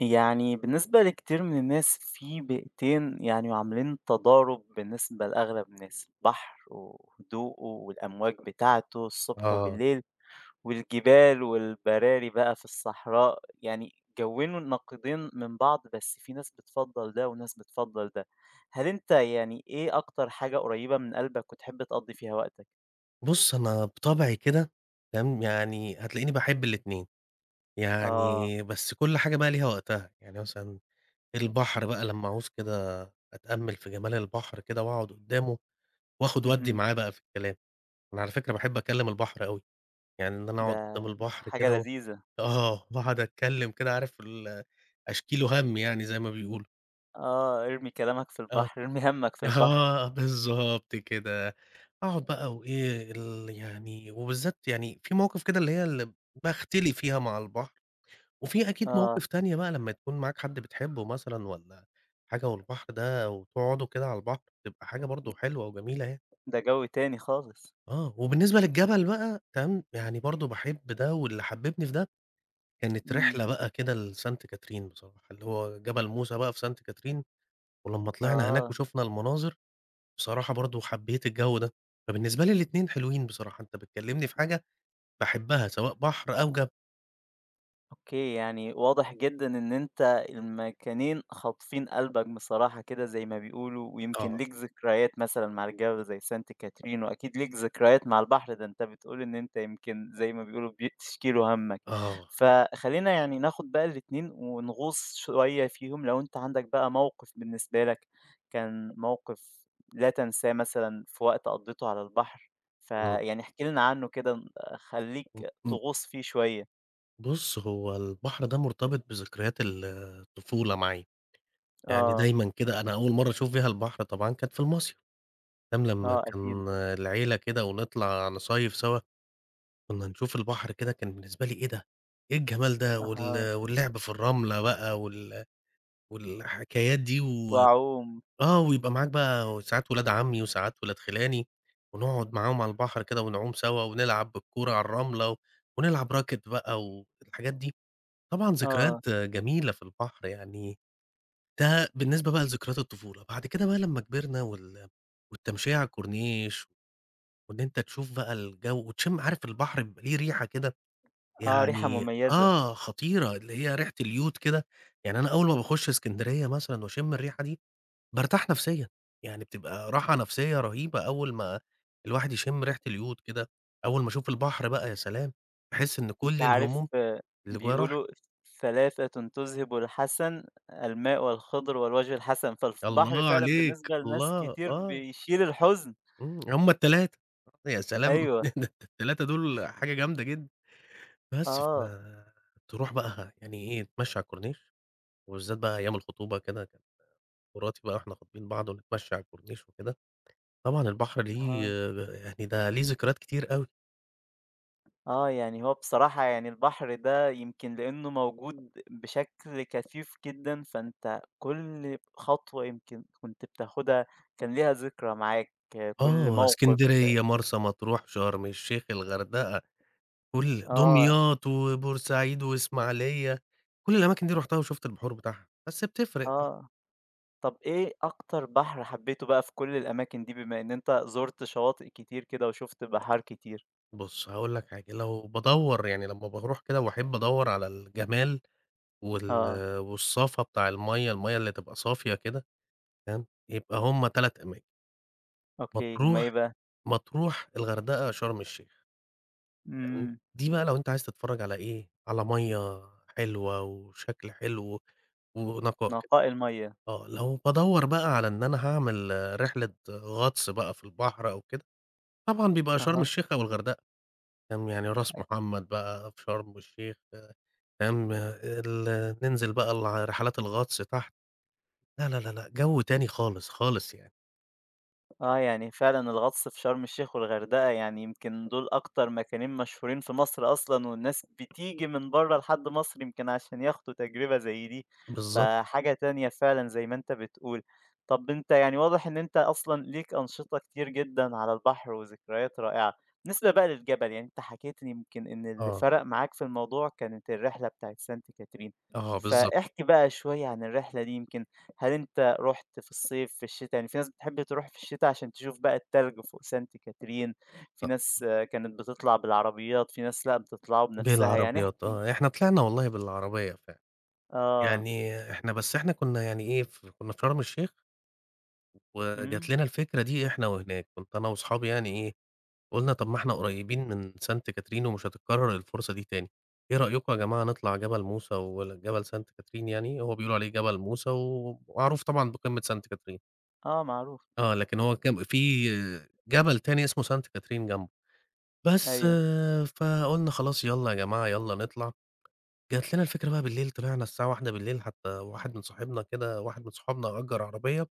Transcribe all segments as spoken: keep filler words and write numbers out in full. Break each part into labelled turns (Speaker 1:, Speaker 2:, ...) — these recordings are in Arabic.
Speaker 1: يعني بالنسبة لكتير من الناس في بيئتين يعني عاملين تضارب بالنسبة لأغلب الناس البحر وهدوءه والأمواج بتاعته الصبح
Speaker 2: آه.
Speaker 1: وبالليل والجبال والبراري بقى في الصحراء يعني كونوا النقيضين من بعض بس في ناس بتفضل ده وناس بتفضل ده. هل انت يعني ايه اكتر حاجة قريبة من قلبك وتحب تقضي فيها وقتك؟
Speaker 2: بُص، أنا بطبعي كده تمام، يعني هتلاقيني باحب الاتنين.
Speaker 1: اه،
Speaker 2: يعني بس كل حاجة بقى ليها وقتها، يعني مثلًا البحر بقى لمّا أعوز كده أتأمّل في جمال البحر كده وأقعد قدّامه وآخُد وأدّي
Speaker 1: مهم.
Speaker 2: معاه بقى في الكلام. أنا على فكرة باحب أكلّم البحر أوي. يعني إن أنا أقعد
Speaker 1: ده
Speaker 2: قدّام البحر
Speaker 1: حاجة
Speaker 2: كده و
Speaker 1: لذيذة.
Speaker 2: آه، وأقعد أتكلّم كده عارف ال أشكي له هَم يعني زي ما بيقولوا.
Speaker 1: اه، ارمي كلامك في
Speaker 2: آه.
Speaker 1: البحر، ارمي همك في البحر.
Speaker 2: آه بالضبط كده. أقعد بقى وإيه ال يعني، وبالذات يعني في مواقف كده اللي هي اللي باختلي فيها مع البحر، وفي أكيد
Speaker 1: اه،
Speaker 2: مواقف تانية بقى لمّا تكون معاك حد بتحبه مثلًا والّا حاجة والبحر ده وتقعدوا كده على البحر، بتبقى حاجة برضه حلوة وجميلة يعني.
Speaker 1: ده جو تاني خالص.
Speaker 2: آه، وبالنسبة للجبل بقى تمام، يعني برضه باحب ده، واللي حببني في ده كانت
Speaker 1: إمم.
Speaker 2: رحلة بقى كده لسانت كاترين بصراحة، اللي هو جبل موسى بقى في سانت كاترين. ولمّا طلعنا هناك
Speaker 1: آه.
Speaker 2: وشُفنا المناظر بصراحة برضه حبيت الجو ده. فبالنسبة لي الاتنين حلوين بصراحة، أنت بتكلمني في حاجة باحبها سواء بحر أو جبل.
Speaker 1: أوكي، يعني واضح جدًا إن أنت المكانين خاطفين قلبك بصراحة كده زي ما بيقولوا، ويمكن
Speaker 2: آه،
Speaker 1: ليك ذكريات مثلًا مع الجبل زي سانت كاترين، وأكيد ليك ذكريات مع البحر، ده أنت بتقول إن أنت يمكن زي ما بيقولوا بي بتشكي له همك.
Speaker 2: آه،
Speaker 1: فخلّينا يعني ناخد بقى الاتنين ونغوص شوية فيهم، لو أنت عندك بقى موقف بالنسبة لك كان موقف لا تنساه مثلًا في وقت قضيته على البحر،
Speaker 2: إمم.
Speaker 1: فيعني احكِ لنا عنه كده ن
Speaker 2: م
Speaker 1: خلّيك
Speaker 2: م
Speaker 1: تغوص فيه شوية.
Speaker 2: بُص، هو البحر ده مرتبط بذكريات ال الطفولة معايا. يعني
Speaker 1: آه.
Speaker 2: دايمًا كده، أنا أول مرّة أشوف فيها البحر طبعًا كانت في المصيف، تمام. لمّا
Speaker 1: آه أكيد.
Speaker 2: كان العيلة كده ونطلع نصيّف سوا، كنا نشوف البحر كده، كان بالنسبة لي إيه ده! إيه الجمال ده!
Speaker 1: أها.
Speaker 2: وال واللعب في الرملة بقى وال والحكايات دي. و
Speaker 1: وأعوم.
Speaker 2: آه، ويبقى معاك بقى ساعات ولاد عمي وساعات ولاد خِلاني، ونقعد معاهم على البحر كده ونعوم سوا ونلعب بالكورة على الرملة، و- ونلعب راكت بقى والحاجات دي. طبعًا
Speaker 1: آه.
Speaker 2: ذكريات جميلة في البحر يعني. ده بالنسبة بقى لذكريات الطفولة. بعد كده بقى لمّا كبرنا وال والتمشية على الكورنيش، وإن أنت تشوف بقى الجو وتشم، عارف البحر بيبقى ليه ريحة كده
Speaker 1: آه ريحة
Speaker 2: يعني.
Speaker 1: مميزة.
Speaker 2: آه، خطيرة، اللي هي ريحة اليود كده. يعني أنا أول ما باخش إسكندرية مثلًا واشم الريحة دي، بارتاح نفسيًا. يعني بتبقى راحة نفسية رهيبة أول ما الواحد يشم ريحة اليود كده. أول ما أشوف البحر بقى يا سلام! باحس إن
Speaker 1: أنت
Speaker 2: كل
Speaker 1: عارف،
Speaker 2: الهموم
Speaker 1: آه.
Speaker 2: اللي جوايا راحت.
Speaker 1: بيقولوا ثلاثةٌ تُذهِبُ الحَسَن، الماء والخضر والوجه الحسن، فالبحر
Speaker 2: الله
Speaker 1: فعلًا
Speaker 2: عليك،
Speaker 1: بالنسبة لناس
Speaker 2: الله،
Speaker 1: كتير
Speaker 2: آه،
Speaker 1: بيشيل الحزن.
Speaker 2: إمم، هُم ال3. يا سلام!
Speaker 1: أيوه.
Speaker 2: ده ال3 دول حاجة جامدة جدًا. بس،
Speaker 1: آه.
Speaker 2: فتروح بقى يعني إيه، نتمشى على الكورنيش، وبالذات بقى أيام الخطوبة كده، كان مراتي بقى وإحنا خاطبين بعض ونتمشى على الكورنيش وكده. طبعًا البحر ليه،
Speaker 1: أها.
Speaker 2: يعني ده ليه ذكريات كتير أوي.
Speaker 1: آه، يعني هو بصراحة يعني البحر ده يمكن لإنه موجود بشكل كثيف جدًا، فأنت كل خطوة يمكن كنت بتاخدها كان ليها ذكرى معاك، آه، كل
Speaker 2: آه،
Speaker 1: موقف.
Speaker 2: إسكندرية، مرسى مطروح، شرم الشيخ، الغردقة، كل
Speaker 1: آه.
Speaker 2: دمياط وبورسعيد وإسماعيلية، كل الأماكن دي رُحتها وشُفت البحور بتاعها، بس بتفرق بقى.
Speaker 1: آه، طب إيه أكتر بحر حبيته بقى في كل الأماكن دي، بما إن أنت زُرت شواطئ كتير كده وشُفت بحار كتير؟
Speaker 2: بُص، هاقول لك حاجة، لو بادوّر يعني لمّا باروح كده وأحب أدوّر على الجمال وال
Speaker 1: آه،
Speaker 2: والصفا بتاع المَيّة، المَيّة اللي تبقى صافية كده، فاهم، يبقى هُم ثلاث أماكن،
Speaker 1: أوكي، هُم إيه
Speaker 2: مطروح
Speaker 1: بقى؟
Speaker 2: مطروح، الغردقة، شرم الشيخ، تمام.
Speaker 1: إمم،
Speaker 2: دي بقى لو أنت عايز تتفرّج على إيه، على مَيّة حلوة وشكل حلو ونقاء كده.
Speaker 1: نقاء المَيّة.
Speaker 2: آه، لو بادوّر بقى على إن أنا هاعمل رحلة غطس بقى في البحر أو كده، طبعًا بيبقى شرم
Speaker 1: أها.
Speaker 2: الشيخ أو الغردقة، فاهم. يعني راس محمد بقى في شرم الشيخ، فاهم، ال ننزل بقى الع رحلات الغطس تحت. لا، لا، لا، لأ، جو تاني خالص، خالص يعني.
Speaker 1: آه، يعني فعلًا الغطس في شرم الشيخ والغردقة يعني يمكن دول أكتر مكانين مشهورين في مصر أصلًا، والناس بتيجي من برّه لحد مصر يمكن عشان ياخدوا تجربة زي دي،
Speaker 2: بالضبط،
Speaker 1: فحاجة تانية فعلًا زي ما أنت بتقول. طب أنت يعني واضح إن أنت أصلًا ليك أنشطة كتير جدًا على البحر وذكريات رائعة. بالنسبة بقى للجبل، يعني أنت حكيت لي يمكن إن اللي
Speaker 2: آه،
Speaker 1: فرق معاك في الموضوع كانت الرحلة بتاعة سانت كاترين،
Speaker 2: آه، بالضبط،
Speaker 1: فاحكِ بقى شوية عن الرحلة دي. يمكن هل أنت رُحت في الصيف، في الشتا؟ يعني في ناس بتحب تروح في الشتا عشان تشوف بقى التلج فوق سانت كاترين، في
Speaker 2: آه،
Speaker 1: ناس آه، كانت بتطلع بالعربيات، في ناس لأ بتطلعه بنفسها، يعني احكِ
Speaker 2: بالعربيات.
Speaker 1: لي.
Speaker 2: آه، إحنا طلعنا والله بالعربية فعلًا.
Speaker 1: آه.
Speaker 2: يعني إحنا بس إحنا كنا يعني إيه، ف كنا في شرم الشيخ وجات
Speaker 1: إمم.
Speaker 2: لنا الفكرة دي إحنا وهناك، كنت أنا وأصحابي يعني إيه، قُلنا طب ما إحنا قريبين من سانت كاترين ومش هتتكرر الفرصة دي تاني، إيه رأيكم يا جماعة نطلع جبل موسى وجبل سانت كاترين يعني، هو بيقولوا عليه جبل موسى ومعروف طبعًا بقمة سانت كاترين،
Speaker 1: آه معروف.
Speaker 2: آه، لكن هو كم في جبل تاني اسمه سانت كاترين جنبه، بس
Speaker 1: أيوه.
Speaker 2: آه، فقُلنا خلاص يالّا يا جماعة يالّا نطلع. جات لنا الفكرة بقى بالليل، طلعنا الساعة واحد، حتى واحد من صاحبنا كده، واحد من صحابنا أجر عربية،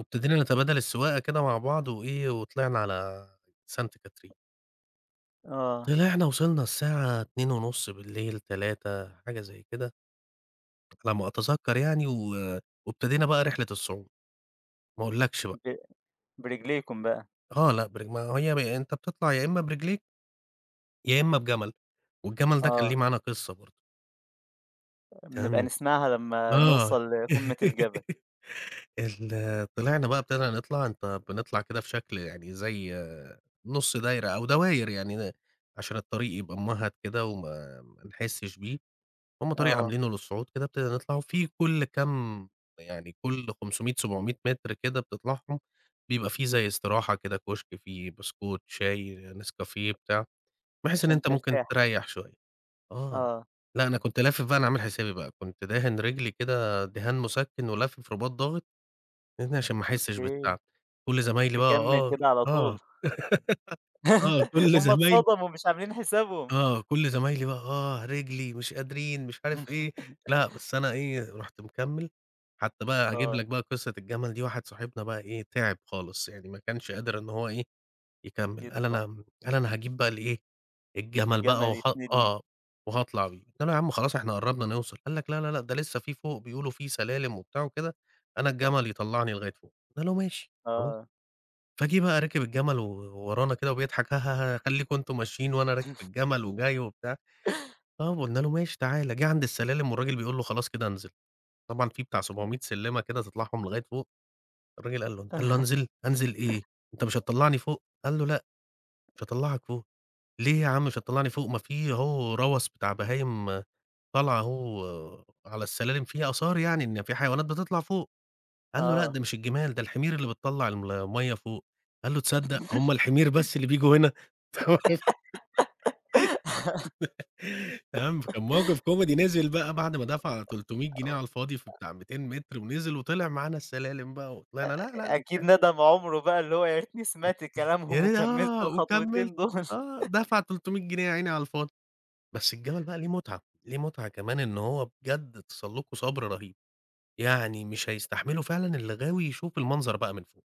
Speaker 2: وابتدينا نتبادل السواقة كده مع بعض وإيه، وطلعنا على سانت كاترين.
Speaker 1: آه.
Speaker 2: طلعنا وصلنا الساعة اتنين ونص، تلاتة حاجة زي كده، على ما أتذكر يعني، و وابتدينا بقى رحلة الصعود، ما أقولكش بقى.
Speaker 1: ب برجليكم بقى.
Speaker 2: آه لأ، برج ما هي ب أنت بتطلع يا إما برجليك، يا إما بجمل. والجمل ده إمم، كان
Speaker 1: آه،
Speaker 2: ليه معانا قصة برضه،
Speaker 1: بنبقى
Speaker 2: كان
Speaker 1: نسمعها لمّا
Speaker 2: آه.
Speaker 1: نوصل لقمة الجبل.
Speaker 2: آه، ال طلعنا بقى، ابتدينا نطلع، أنت بنطلع كده في شكل يعني زي آه، نُص دايرة أو دواير يعني عشان الطريق يبقى ممهد كده وما ما نحسش بيه. هم طريق
Speaker 1: آه،
Speaker 2: عاملينه للصعود كده. ابتدينا نطلع وفي كل كام يعني كل خمسمئة، سبعمئة متر كده بتطلعهم، بيبقى في زي استراحة كده، كشك فيه بسكوت، شاي، نسكافيه، بتاع، بحيث إن
Speaker 1: عشان
Speaker 2: أنت ممكن
Speaker 1: ترتاح.
Speaker 2: تريّح شوية. آه.
Speaker 1: آه.
Speaker 2: لأ، أنا كنت لافف بقى، أنا عامل حسابي بقى، كنت داهن رجلي كده دهان مسكن ولافف رباط ضاغط، لإن عشان ما أحسش
Speaker 1: أوكي،
Speaker 2: بالتعب. كل زمايلي بقى
Speaker 1: تكمّل
Speaker 2: آه،
Speaker 1: كده على طول.
Speaker 2: آه، آه، كل
Speaker 1: هُم
Speaker 2: زمايلي
Speaker 1: اتصدموا مش عاملين حسابهم.
Speaker 2: آه، كل زمايلي بقى آه، رجلي مش قادرين مش عارف إيه. لأ بس أنا إيه، رُحت مكمّل. حتى بقى هاجيب
Speaker 1: آه.
Speaker 2: لك بقى قصة الجمل دي، واحد صاحبنا بقى إيه، تعب خالص يعني ما كانش قادر إن هو إيه، يكمّل، قال
Speaker 1: يطلع
Speaker 2: أنا م قال أنا هاجيب بقى الإيه، الجمل بقى
Speaker 1: الجمل
Speaker 2: وه
Speaker 1: يسندني.
Speaker 2: آه، وهاطلع بيه. قُلت له: "يا عم خلاص إحنا قرّبنا نوصل." قال لك: "لا، لا، لأ، ده لسه في فوق بيقولوا في سلالم وبتاع وكده، أنا الجمل يطلّعني لغاية فوق." قُلنا له: "ماشي خلاص."
Speaker 1: آه.
Speaker 2: فجِه بقى راكب الجمل و ورانا كده وبيضحك ها، ها، ها، "خليكم أنتم ماشيين وأنا راكب الجمل وجاي وبتاع." آه، وقُلنا له: "ماشي تعالَ." جه عند السلالم والراجل بيقول له: "خلاص كده انزل." طبعًا في بتاع سبعمية سلِّمة كده تطلعهم لغاية فوق. الراجل قال له قال له: "أنزل؟ أنزل إيه؟ أنت مش هتطلّعني فوق؟" قال له: "لأ، مش هاطلّعك فوق." "ليه يا عم مش هتطلّعني فوق؟ ما في أهو روَس بتاع بهايم آه، طالعة أهو آه، على السلالم، فيها آثار يعني إن في حيوانات بتطلع فوق." قال له: "لأ،
Speaker 1: آه.
Speaker 2: ده مش الجمال، ده الحمير اللي بتطلّع الم المَيّة فوق." قال له: "تصدق هم الحمير بس اللي بييجوا هنا؟" تمام. فكان موقف كوميدي، نزل بقى بعد ما دفع تلتمية جنيه على الفاضي في بتاع مئتين متر، ونزل وطلع معانا السلالم بقى وطلعنا. لا، لا، لأ،
Speaker 1: أكيد ندم عُمره بقى اللي هو يا ريتني سمعت
Speaker 2: يا
Speaker 1: كلامهم
Speaker 2: ريت
Speaker 1: وكمّلت
Speaker 2: آه،
Speaker 1: الخطوتين
Speaker 2: وكمّلت
Speaker 1: دول.
Speaker 2: آه، دفع تلتمية جنيه يا عيني على الفاضي. بس الجَمَل بقى ليه متعة، ليه متعة كمان، إن هو بجد تسلُّقه صبر رهيب. يعني مش هيستحمله فعلًا اللي غاوي يشوف المنظر بقى من فوق.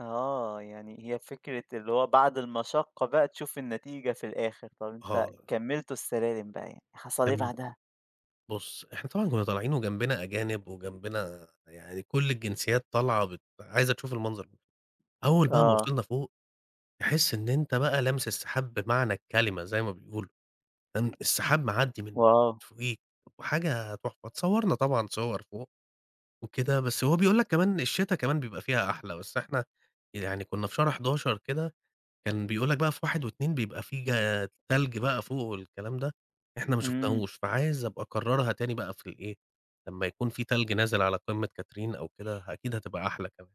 Speaker 1: آه. يعني هي فكرة اللي هو بعد المشقة بقى تشوف النتيجة في الآخر. طب أنت
Speaker 2: آه،
Speaker 1: كمّلتوا السلالم بقى يعني، حصل إيه
Speaker 2: كان
Speaker 1: بعدها؟
Speaker 2: بُص، إحنا طبعًا كُنّا طالعين وجنبنا أجانب وجنبنا يعني كل الجنسيات طالعة بت عايزة تشوف المنظر ده. أول بقى ما
Speaker 1: آه.
Speaker 2: وصلنا فوق، تحس إن أنت بقى لامس السحاب بمعنى الكلمة زي ما بيقولوا، كان السحاب معدّي من
Speaker 1: واو!
Speaker 2: فوقيك، وحاجة تحفة. اتصوّرنا طبعًا صور فوق وكده، بس هو بيقول لك كمان الشتا كمان بيبقى فيها أحلى، بس إحنا يعني كنا في شهر أحد عشر كده، كان بيقول لك بقى في واحد و2 بيبقى في جا تلج بقى فوق والكلام ده، إحنا ما
Speaker 1: إمم.
Speaker 2: شُفناهوش، فعايز أبقى أكرّرها تاني بقى في الإيه، لمّا يكون في تلج نازل على قمة كاترين أو كده، أكيد هتبقى أحلى كمان.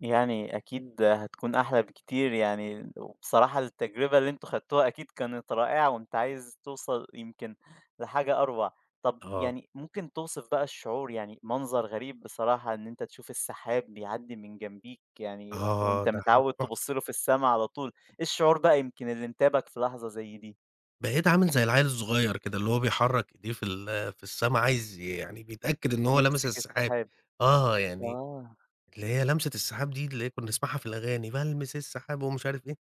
Speaker 1: يعني أكيد هتكون أحلى بكتير يعني، وبصراحة التجربة اللي أنتم خدتوها أكيد كانت رائعة، وأنت عايز توصل يمكن لحاجة أروع. طب
Speaker 2: آه،
Speaker 1: يعني ممكن توصف بقى الشعور، يعني منظر غريب بصراحة إن أنت تشوف السحاب بيعدّي من جنبيك يعني وح
Speaker 2: آه،
Speaker 1: وأنت
Speaker 2: ده حاجة
Speaker 1: متعوّد تبُص
Speaker 2: تحفة.
Speaker 1: له في السما على طول، إيه الشعور بقى يمكن اللي انتابك في لحظة زي دي؟
Speaker 2: بقيت عامل زي العيّل الصغيّر كده، اللي هو بيحرّك إيديه في ال في السما، عايز ي- يعني بيتأكد إن هو لمس
Speaker 1: يمسك
Speaker 2: السحاب.
Speaker 1: السحاب.
Speaker 2: آه، يعني
Speaker 1: آه.
Speaker 2: اللي هي لمسة السحاب دي اللي هي كنّا نسمعها في الأغاني، بالمس السحاب ومش عارف إيه،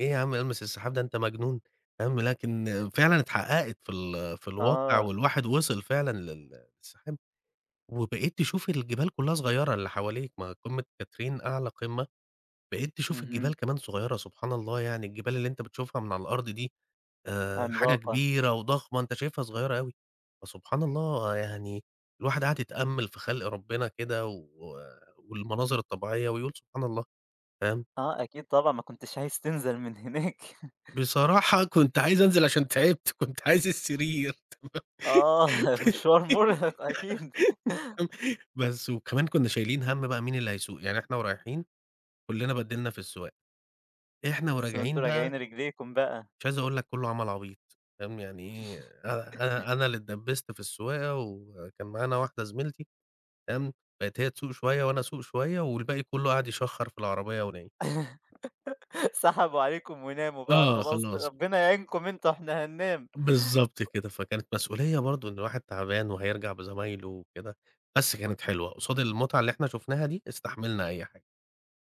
Speaker 2: إيه يا عم ألمس السحاب ده أنت مجنون، فاهم. لكن فعلًا اتحققت في ال في الواقع،
Speaker 1: آه.
Speaker 2: والواحد وصل فعلًا لل للسحاب، وبقيت تشوف الجبال كلّها صغيّرة اللي حواليك، ما قمة كاترين أعلى قمة. بقيت تشوف
Speaker 1: اهم.
Speaker 2: الجبال كمان صغيرة. سبحان الله، يعني الجبال اللي أنت بتشوفها من على الأرض دي آآ، حاجة
Speaker 1: عملاقة.
Speaker 2: كبيرة وضخمة، أنت شايفها صغيرة أوي. فسبحان الله يعني. الواحد قعد يتأمل في خلق ربنا كده و والمناظر الطبيعية ويقول سبحان الله، فاهم؟
Speaker 1: آه أكيد طبعًا، ما كنتش عايز تنزل من هناك.
Speaker 2: بصراحة كنت عايز أنزل عشان تعبت، كنت عايز السرير.
Speaker 1: آه. مشوار مرهق أكيد.
Speaker 2: تمام. بس وكمان كنا شايلين هَم بقى مين اللي هيسوق، يعني إحنا ورايحين كلنا بَدّلنا في السواقة، إحنا
Speaker 1: بس وأنتم
Speaker 2: وراجعين بقى،
Speaker 1: راجعين رجليكم بقى.
Speaker 2: مش عايز أقول لك كلّه عمل عبيط، فاهم. يعني إيه، أنا أنا أنا اللي اتدبّست في السواقة وكان معانا واحدة زميلتي، تمام. بقت هي تسوق شوية وأنا أسوق شوية والباقي كلّه قعد يشخّر في العربية ونايم.
Speaker 1: سحبوا عليكم وناموا بقى
Speaker 2: آه، فخلاص
Speaker 1: خلاص،
Speaker 2: خلاص.
Speaker 1: ربنا يعينكم أنتم إحنا هننام.
Speaker 2: بالضبط كده. فكانت مسؤولية برضه إن الواحد تعبان وهيرجع بزمايله وكده. بس كانت حلوة، قصاد المتعة اللي إحنا شُفناها دي استحملنا أي حاجة.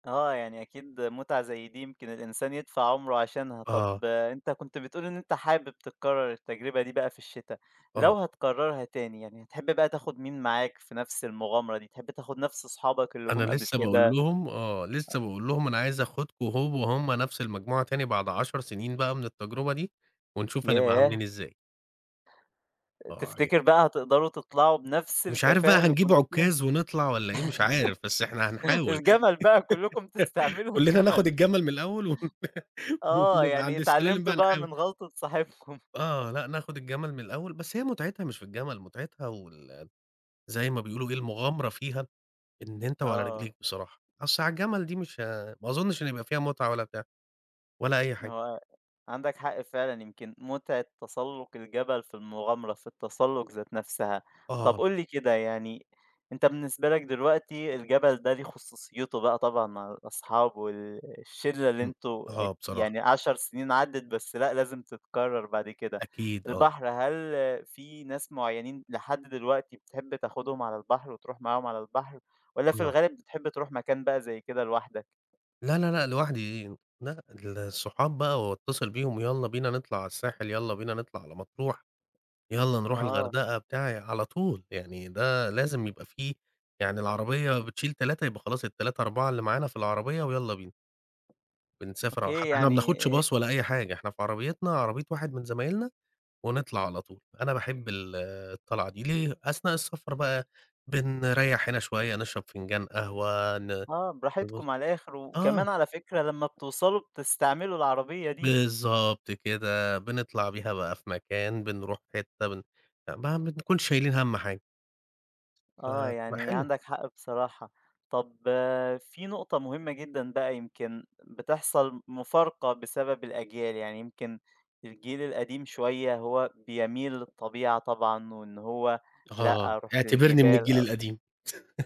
Speaker 1: آه، يعني أكيد متعة زي دي يمكن الإنسان يدفع عمره عشانها. طب
Speaker 2: آه،
Speaker 1: آه، أنت كنت بتقول إن أنت حابب تكرر التجربة دي بقى في الشتا، لو
Speaker 2: آه.
Speaker 1: هتكررها تاني يعني هتحب بقى تاخد مين معاك في نفس المغامرة دي؟ تحب تاخد نفس أصحابك اللي
Speaker 2: أنا
Speaker 1: جُم قبل
Speaker 2: لسه باقول
Speaker 1: كده؟
Speaker 2: لهم آه، لسه باقول لهم أنا عايز آخدكم هو وهُم نفس المجموعة تاني بعد عشر سنين بقى من التجربة دي، ونشوف هنبقى
Speaker 1: ياه!
Speaker 2: عاملين إزاي. آه، ي
Speaker 1: تفتكر بقى هتقدروا تطلعوا بنفس
Speaker 2: مش عارف بقى
Speaker 1: الكفاءة اللي
Speaker 2: هنجيب
Speaker 1: كنتوا فيها؟
Speaker 2: عكاز ونطلع والّا إيه مش عارف، بس إحنا هنحاول.
Speaker 1: الجمل بقى كلكم تستعملوا
Speaker 2: كلنا ناخد
Speaker 1: الجمل.
Speaker 2: الجمل من الأول ون
Speaker 1: آه،
Speaker 2: ونبقى
Speaker 1: يعني
Speaker 2: عند السلالم
Speaker 1: اتعلمتوا
Speaker 2: بقى
Speaker 1: بقى
Speaker 2: نحاول.
Speaker 1: من غلطة صاحبكم.
Speaker 2: آه، لأ ناخد الجمل من الأول. بس هي متعتها مش في الجمل، متعتها وال زي ما بيقولوا إيه، المغامرة فيها إن أنت وعلى
Speaker 1: آه.
Speaker 2: رجليك بصراحة، أصل على الجمل دي مش ه ما أظنش إن يبقى فيها متعة ولا بتاع ولا أي حاجة.
Speaker 1: هو عندك حق فعلا يمكن متعة تسلق الجبل في المغامرة في التسلق ذات نفسها. طب
Speaker 2: آه،
Speaker 1: قول لي كده يعني انت بالنسبة لك دلوقتي الجبل ده ليه خصوصيته بقى طبعا مع الأصحاب والشلة اللي
Speaker 2: إمم،
Speaker 1: انتوا عت-
Speaker 2: آه بصراحة.
Speaker 1: يعني عشر سنين عدت بس لا لازم تتكرر بعد كده.
Speaker 2: أكيد آه،
Speaker 1: البحر، هل في ناس معينين لحد دلوقتي بتحب تاخدهم على البحر وتروح معاهم على البحر، ولا في
Speaker 2: آه.
Speaker 1: الغالب بتحب تروح مكان بقى زي كده لوحدك؟
Speaker 2: لا، لا، لأ، لوحدي إيه؟ لأ، الصحاب بقى، وأتصل بيهم يالّا بينا نطلع على الساحل، يالّا بينا نطلع على مطروح، يالّا نروح
Speaker 1: اه،
Speaker 2: الغردقة، بتاع، على طول. يعني ده لازم يبقى فيه، يعني العربية بتشيل تلاتة يبقى خلاص ال3، أربعة اللي معانا في العربية ويالّا بينا. بنسافر على-
Speaker 1: اوكي،
Speaker 2: حتى إحنا ما
Speaker 1: يعني
Speaker 2: بناخدش باص ولا أي حاجة، إحنا في عربيتنا، عربية واحد من زمايلنا، ونطلع على طول. أنا باحب ال الطلعة دي ليه؟ أثناء السفر بقى بنريّح هنا شوية، نشرب فنجان قهوة، ن
Speaker 1: آه،
Speaker 2: نبُص.
Speaker 1: براحتكم على الآخر،
Speaker 2: آه.
Speaker 1: وكمان على فكرة لمّا بتوصلوا بتستعملوا العربية دي.
Speaker 2: بالضبط كده. بنطلع بيها بقى في مكان، بنروح حتّة، بن ما بنكونش شايلين هَم حاجة،
Speaker 1: آه،
Speaker 2: فبتبقى
Speaker 1: يعني
Speaker 2: حلوة.
Speaker 1: عندك حق بصراحة. طب آه، في نقطة مهمة جدًا بقى يمكن بتحصل مفارقة بسبب الأجيال، يعني يمكن الجيل القديم شوية هو بيميل للطبيعة طبعًا، وإن هو
Speaker 2: آه،
Speaker 1: لأ، أروح
Speaker 2: اعتبرني من
Speaker 1: للجبال.
Speaker 2: الجيل القديم،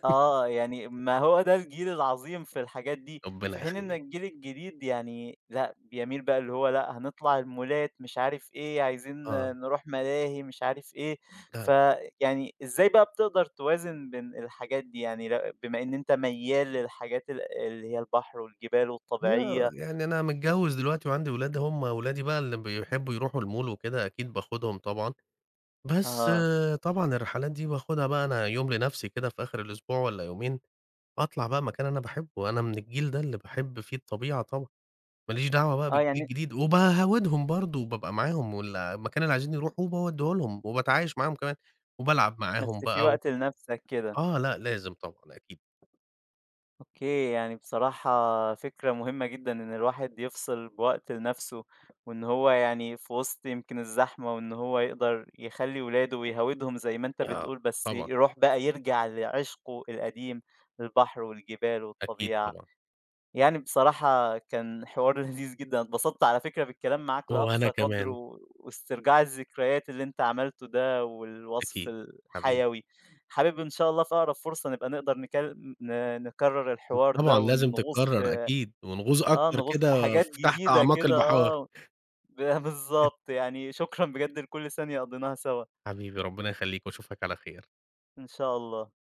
Speaker 1: آه، يعني ما هو ده الجيل العظيم في الحاجات دي،
Speaker 2: ربنا
Speaker 1: في حين إن
Speaker 2: يخلّيك.
Speaker 1: الجيل الجديد يعني لأ، بيميل بقى اللي هو لأ، هنطلع المولات مش عارف إيه، عايزين
Speaker 2: آه،
Speaker 1: نروح ملاهي مش عارف إيه،
Speaker 2: ده
Speaker 1: فيعني إزاي بقى بتقدر توازن بين الحاجات دي؟ يعني ل بما إن أنت ميّال للحاجات ال اللي هي البحر والجبال
Speaker 2: لأ،
Speaker 1: والطبيعية.
Speaker 2: يعني أنا متجوّز دلوقتي وعندي ولاد، هم ولادي بقى اللي بيحبّوا يروحوا الmall وكده، أكيد باخدهم طبعًا. بس
Speaker 1: أها.
Speaker 2: آه، طبعًا الرحلات دي باخدها بقى أنا يوم لنَفْسي كده في آخر الأسبوع والّا يومين، أطلع بقى مكان أنا باحبّه. أنا من الجيل ده اللي باحب فيه الطبيعة طبعًا. ما ليش دعوة بقى
Speaker 1: آه،
Speaker 2: بالجيل
Speaker 1: يعني
Speaker 2: الجديد، وباهاودهم برضه وبابقى معاهم، والمكان اللي عايزين يروحوه باودّيه لهم، وباتعايش معاهم كمان، وبالعب
Speaker 1: بس
Speaker 2: معاهم
Speaker 1: في
Speaker 2: بقى و
Speaker 1: وقت لنَفْسك كده.
Speaker 2: آه لأ لازم طبعًا أكيد.
Speaker 1: أوكي، يعني بصراحة فكرة مهمة جدًا إن الواحد يفصل بوقت لنَفْسه، وإن هو يعني في وسط يمكن الزحمة وإن هو يقدر يخلّي ولاده ويهوّدهم زي ما أنت
Speaker 2: آه
Speaker 1: بتقول، بس
Speaker 2: طبعًا،
Speaker 1: يروح بقى يرجع لعشقه القديم، البحر والجبال
Speaker 2: أكيد
Speaker 1: والطبيعة.
Speaker 2: طبعًا.
Speaker 1: يعني بصراحة كان حوار لذيذ جدًا، أنا اتبسطت على فكرة بالكلام معاك
Speaker 2: وأنا
Speaker 1: لأقصى قدر،
Speaker 2: كمان
Speaker 1: و واسترجاع الذكريات اللي أنت عملته ده والوصف
Speaker 2: أكيد حبيبي.
Speaker 1: الحيوي. حابب إن شاء الله في أقرب فرصة نبقى نقدر نكل ن نكرر الحوار ده
Speaker 2: طبعًا لازم
Speaker 1: ونغوص
Speaker 2: تتكرر
Speaker 1: في
Speaker 2: أكيد، ونغوص
Speaker 1: آه،
Speaker 2: أكتر
Speaker 1: نغوص في
Speaker 2: كده
Speaker 1: حاجات
Speaker 2: في تحت
Speaker 1: جديدة
Speaker 2: أعماق
Speaker 1: كده
Speaker 2: البحار.
Speaker 1: آه، ب بالضبط، يعني شكرًا بجد لكل ثانية قضيناها سوا،
Speaker 2: حبيبي ربنا يخليك واشوفك على خير.
Speaker 1: إن شاء الله.